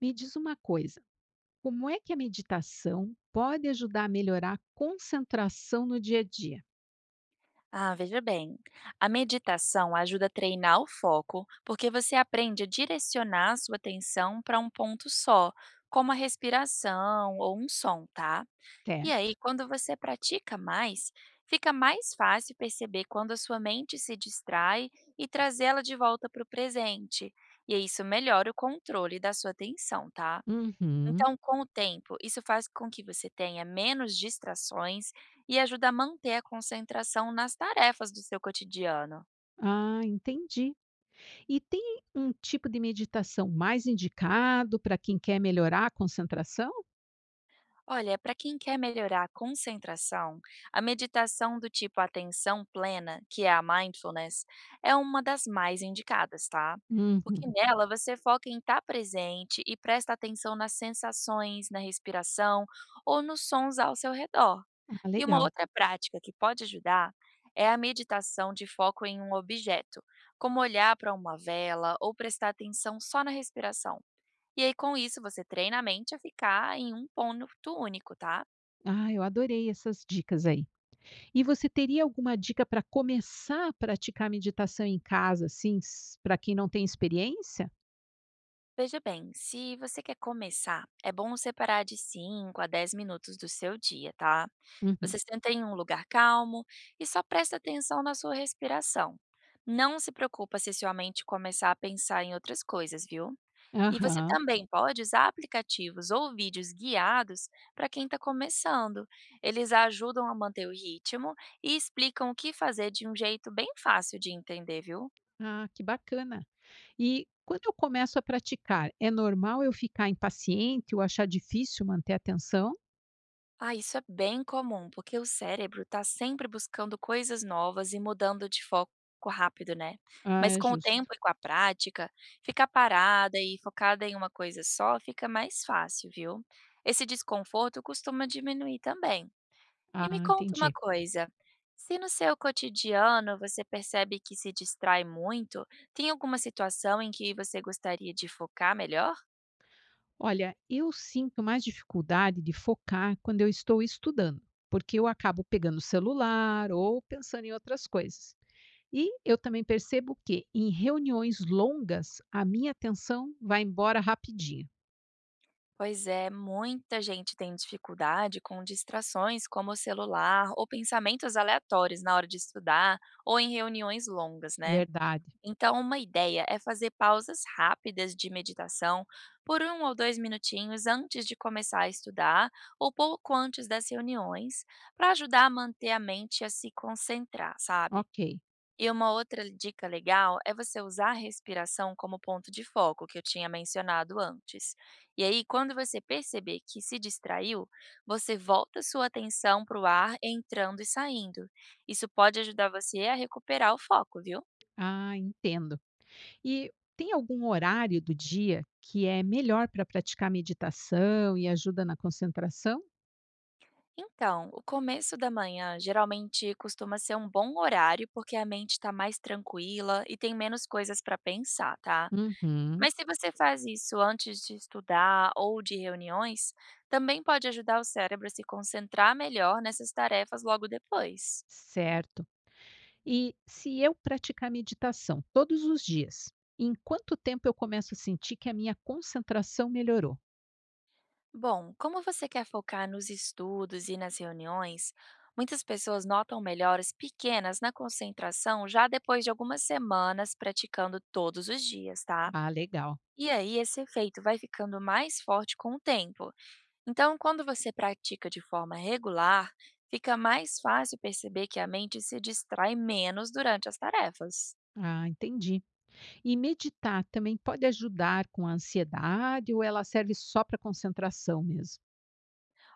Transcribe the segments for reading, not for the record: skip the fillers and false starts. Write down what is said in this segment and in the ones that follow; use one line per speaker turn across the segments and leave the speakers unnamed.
Me diz uma coisa, como é que a meditação pode ajudar a melhorar a concentração no dia a dia?
Ah, veja bem. A meditação ajuda a treinar o foco, porque você aprende a direcionar a sua atenção para um ponto só, como a respiração ou um som, tá? E
Certo.
aí, quando você pratica mais, fica mais fácil perceber quando a sua mente se distrai e trazê-la de volta para o presente. E isso melhora o controle da sua atenção, tá?
Uhum.
Então, com o tempo, isso faz com que você tenha menos distrações e ajuda a manter a concentração nas tarefas do seu cotidiano.
Ah, entendi. E tem um tipo de meditação mais indicado para quem quer melhorar a concentração?
Olha, para quem quer melhorar a concentração, a meditação do tipo atenção plena, que é a mindfulness, é uma das mais indicadas, tá? Porque
Uhum.
nela você foca em estar presente e presta atenção nas sensações, na respiração ou nos sons ao seu redor.
Ah,
E uma
legal.
outra prática que pode ajudar é a meditação de foco em um objeto, como olhar para uma vela ou prestar atenção só na respiração. E aí, com isso, você treina a mente a ficar em um ponto único, tá?
Ah, eu adorei essas dicas aí. E você teria alguma dica para começar a praticar meditação em casa, assim, para quem não tem experiência?
Veja bem, se você quer começar, é bom separar de 5 a 10 minutos do seu dia, tá?
Uhum.
Você senta em um lugar calmo e só presta atenção na sua respiração. Não se preocupa se sua mente começar a pensar em outras coisas, viu? E você
Aham.
também pode usar aplicativos ou vídeos guiados para quem está começando. Eles ajudam a manter o ritmo e explicam o que fazer de um jeito bem fácil de entender, viu?
Ah, que bacana. E quando eu começo a praticar, é normal eu ficar impaciente ou achar difícil manter a atenção?
Ah, isso é bem comum, porque o cérebro está sempre buscando coisas novas e mudando de foco rápido, né?
Ah,
Mas
é
com o
justo.
tempo e com a prática, ficar parada e focada em uma coisa só fica mais fácil, viu? Esse desconforto costuma diminuir também. E me
Ah,
conta uma
entendi.
coisa, se no seu cotidiano você percebe que se distrai muito, tem alguma situação em que você gostaria de focar melhor?
Olha, eu sinto mais dificuldade de focar quando eu estou estudando, porque eu acabo pegando o celular ou pensando em outras coisas. E eu também percebo que em reuniões longas, a minha atenção vai embora rapidinho.
Pois é, muita gente tem dificuldade com distrações como o celular ou pensamentos aleatórios na hora de estudar ou em reuniões longas, né?
Verdade.
Então, uma ideia é fazer pausas rápidas de meditação por um ou dois minutinhos antes de começar a estudar ou pouco antes das reuniões, para ajudar a manter a mente a se concentrar, sabe?
Ok.
E uma outra dica legal é você usar a respiração como ponto de foco, que eu tinha mencionado antes. E aí, quando você perceber que se distraiu, você volta sua atenção para o ar entrando e saindo. Isso pode ajudar você a recuperar o foco, viu?
Ah, entendo. E tem algum horário do dia que é melhor para praticar meditação e ajuda na concentração?
Então, o começo da manhã geralmente costuma ser um bom horário porque a mente está mais tranquila e tem menos coisas para pensar, tá?
Uhum.
Mas se você faz isso antes de estudar ou de reuniões, também pode ajudar o cérebro a se concentrar melhor nessas tarefas logo depois.
Certo. E se eu praticar meditação todos os dias, em quanto tempo eu começo a sentir que a minha concentração melhorou?
Bom, como você quer focar nos estudos e nas reuniões, muitas pessoas notam melhoras pequenas na concentração já depois de algumas semanas praticando todos os dias, tá?
Ah, legal.
E aí, esse efeito vai ficando mais forte com o tempo. Então, quando você pratica de forma regular, fica mais fácil perceber que a mente se distrai menos durante as tarefas.
Ah, entendi. E meditar também pode ajudar com a ansiedade ou ela serve só para concentração mesmo?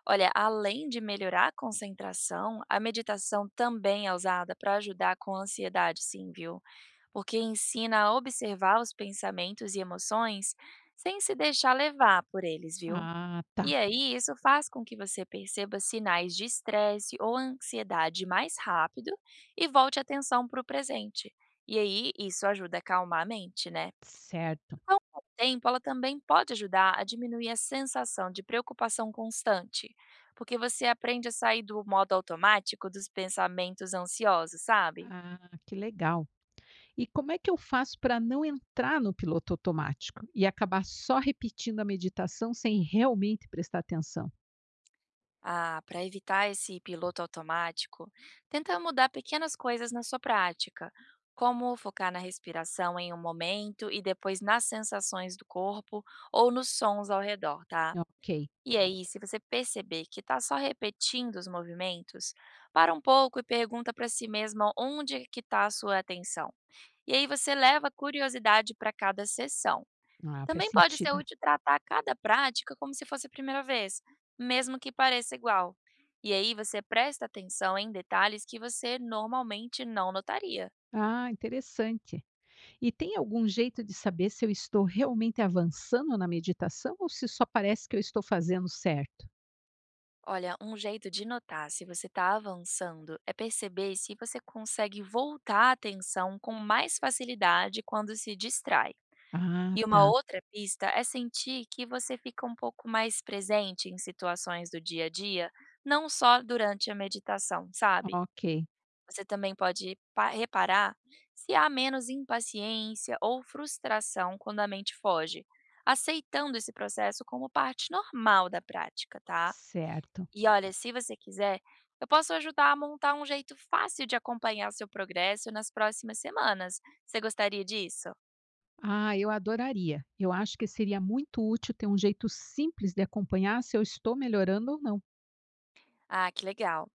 Olha, além de melhorar a concentração, a meditação também é usada para ajudar com a ansiedade, sim, viu? Porque ensina a observar os pensamentos e emoções sem se deixar levar por eles, viu?
Ah, tá.
E aí, isso faz com que você perceba sinais de estresse ou ansiedade mais rápido e volte a atenção para o presente. E aí, isso ajuda a acalmar a mente, né?
Certo.
Então, com o tempo, ela também pode ajudar a diminuir a sensação de preocupação constante, porque você aprende a sair do modo automático dos pensamentos ansiosos, sabe?
Ah, que legal. E como é que eu faço para não entrar no piloto automático e acabar só repetindo a meditação sem realmente prestar atenção?
Ah, para evitar esse piloto automático, tenta mudar pequenas coisas na sua prática, como focar na respiração em um momento e depois nas sensações do corpo ou nos sons ao redor, tá?
É, ok.
E aí, se você perceber que está só repetindo os movimentos, para um pouco e pergunta para si mesma onde é que está a sua atenção. E aí você leva a curiosidade para cada sessão.
Ah, faz
Também pode ser
sentido. É.
útil tratar cada prática como se fosse a primeira vez, mesmo que pareça igual. E aí você presta atenção em detalhes que você normalmente não notaria.
Ah, interessante. E tem algum jeito de saber se eu estou realmente avançando na meditação ou se só parece que eu estou fazendo certo?
Olha, um jeito de notar se você está avançando é perceber se você consegue voltar a atenção com mais facilidade quando se distrai.
Ah,
E uma
tá.
outra pista é sentir que você fica um pouco mais presente em situações do dia a dia, não só durante a meditação, sabe?
Ok.
Você também pode reparar se há menos impaciência ou frustração quando a mente foge, aceitando esse processo como parte normal da prática, tá?
Certo.
E olha, se você quiser, eu posso ajudar a montar um jeito fácil de acompanhar seu progresso nas próximas semanas. Você gostaria disso?
Ah, eu adoraria. Eu acho que seria muito útil ter um jeito simples de acompanhar se eu estou melhorando ou não.
Ah, que legal.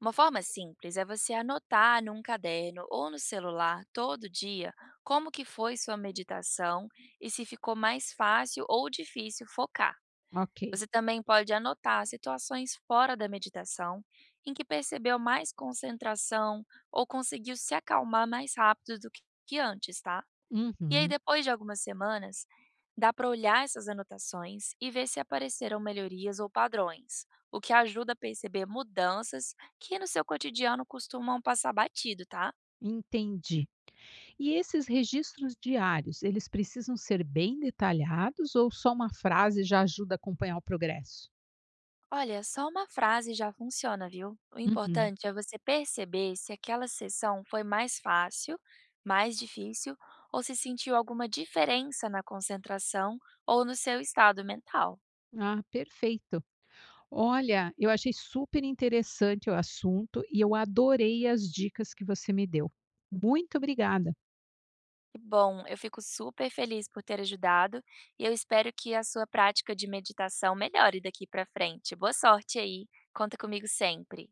Uma forma simples é você anotar num caderno ou no celular todo dia como que foi sua meditação e se ficou mais fácil ou difícil focar.
Ok.
Você também pode anotar situações fora da meditação em que percebeu mais concentração ou conseguiu se acalmar mais rápido do que antes, tá? E aí,
Uhum.
depois de algumas semanas, dá para olhar essas anotações e ver se apareceram melhorias ou padrões, o que ajuda a perceber mudanças que no seu cotidiano costumam passar batido, tá?
Entendi. E esses registros diários, eles precisam ser bem detalhados ou só uma frase já ajuda a acompanhar o progresso?
Olha, só uma frase já funciona, viu? O
Uhum.
importante é você perceber se aquela sessão foi mais fácil, mais difícil ou se sentiu alguma diferença na concentração ou no seu estado mental.
Ah, perfeito. Olha, eu achei super interessante o assunto e eu adorei as dicas que você me deu. Muito obrigada.
Que bom, eu fico super feliz por ter ajudado e eu espero que a sua prática de meditação melhore daqui para frente. Boa sorte aí, conta comigo sempre.